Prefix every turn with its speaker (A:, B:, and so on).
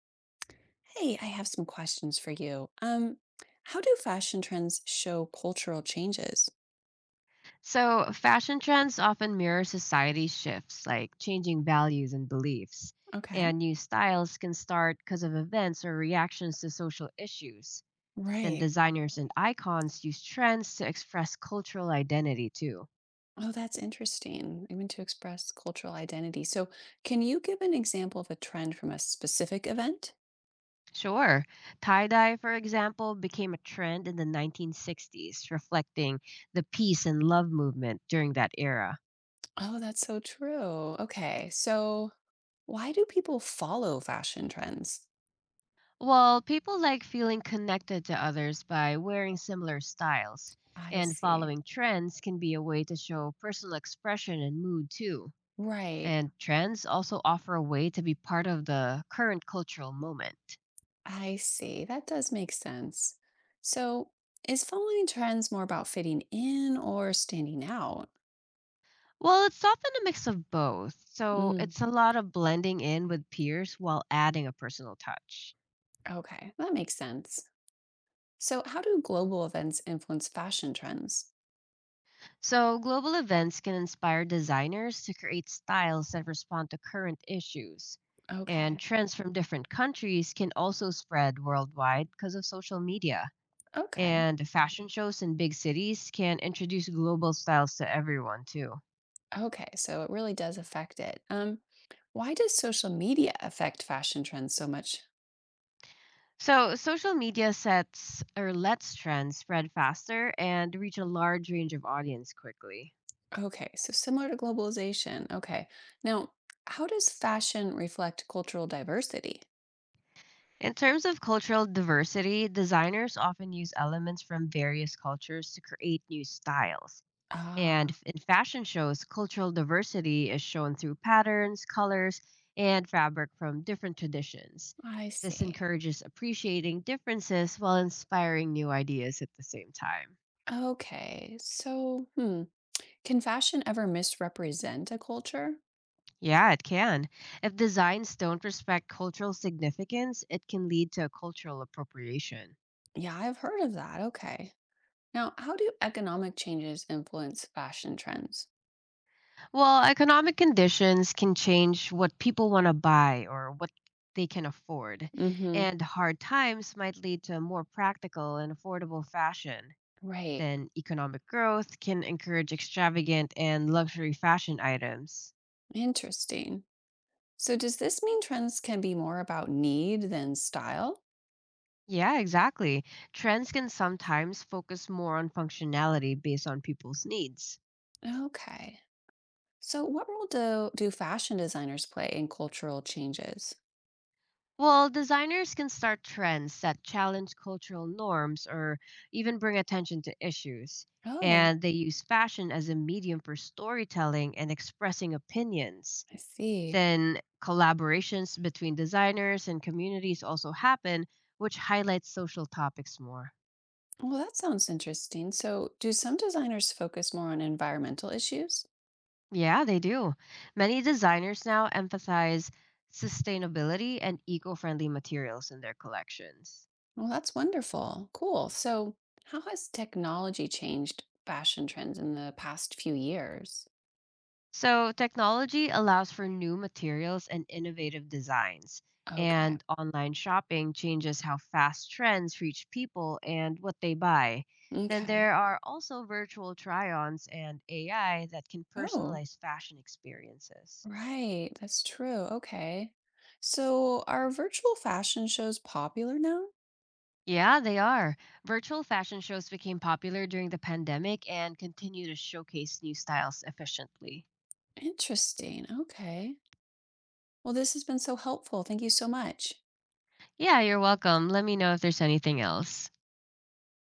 A: Hey, I have some questions for you. How do fashion trends show cultural changes?
B: So, fashion trends often mirror society shifts like changing values and beliefs,
A: Okay.
B: and new styles can start because of events or reactions to social issues. Then,
A: Right.
B: designers and icons use trends to express cultural identity too.
A: Oh, that's interesting. Even to express cultural identity. So, can you give an example of a trend from a specific event?
B: Sure, tie dye, for example, became a trend in the 1960s, reflecting the peace and love movement during that era.
A: Oh, that's so true. Okay. So, why do people follow fashion trends?
B: Well, people like feeling connected to others by wearing similar styles,
A: I
B: and
A: see.
B: following trends can be a way to show personal expression and mood too.
A: Right.
B: And trends also offer a way to be part of the current cultural moment.
A: I see. That does make sense. So, is following trends more about fitting in or standing out?
B: Well, it's often a mix of both, so it's a lot of blending in with peers while adding a personal touch.
A: Okay, that makes sense. So, how do global events influence fashion trends?
B: So, global events can inspire designers to create styles that respond to current issues. And
A: Okay,
B: trends from different countries can also spread worldwide because of social media.
A: okay,
B: And fashion shows in big cities can introduce global styles to everyone, too.
A: okay. So, it really does affect it. Why does social media affect fashion trends so much?
B: So, social media sets or lets trends spread faster and reach a large range of audience quickly.
A: Okay, so similar to globalization. Okay, now, how does fashion reflect cultural diversity?
B: In terms of cultural diversity, designers often use elements from various cultures to create new styles.
A: Ah,
B: In fashion shows, cultural diversity is shown through patterns, colors, and fabric from different traditions.
A: I
B: This
A: see.
B: encourages appreciating differences while inspiring new ideas at the same time.
A: Okay, so, hmm, can fashion ever misrepresent a culture?
B: Yeah, it can. If designs don't respect cultural significance, it can lead to cultural appropriation.
A: Yeah, I've heard of that. Okay. Now, how do economic changes influence fashion trends?
B: Well, economic conditions can change what people want to buy or what they can afford,
A: Hmm.
B: and hard times might lead to more practical and affordable fashion.
A: Right.
B: Then economic growth can encourage extravagant and luxury fashion items.
A: Interesting. So, does this mean trends can be more about need than style?
B: Yeah, exactly. Trends can sometimes focus more on functionality based on people's needs.
A: Okay. So, what role do fashion designers play in cultural changes?
B: Well, designers can start trends that challenge cultural norms or even bring attention to issues.
A: Oh,
B: And they use fashion as a medium for storytelling and expressing opinions.
A: I see.
B: Then collaborations between designers and communities also happen, which highlights social topics more.
A: Well, that sounds interesting. So, do some designers focus more on environmental issues?
B: Yeah, they do. Many designers now emphasize sustainability and eco friendly materials in their collections.
A: Well, that's wonderful. Cool. So, how has technology changed fashion trends in the past few years?
B: So, technology allows for new materials and innovative designs.
A: Okay.
B: And online shopping changes how fast trends reach people and what they buy. Then
A: Okay.
B: there are also virtual try ons and AI that can
A: Oh,
B: personalize fashion experiences.
A: right. That's true. Okay. So are virtual fashion shows popular now?
B: Yeah, they are. Virtual fashion shows became popular during the pandemic and continue to showcase new styles efficiently.
A: Interesting. Okay. Well, this has been so helpful. Thank you so much.
B: Yeah, you're welcome. Let me know if there's anything else.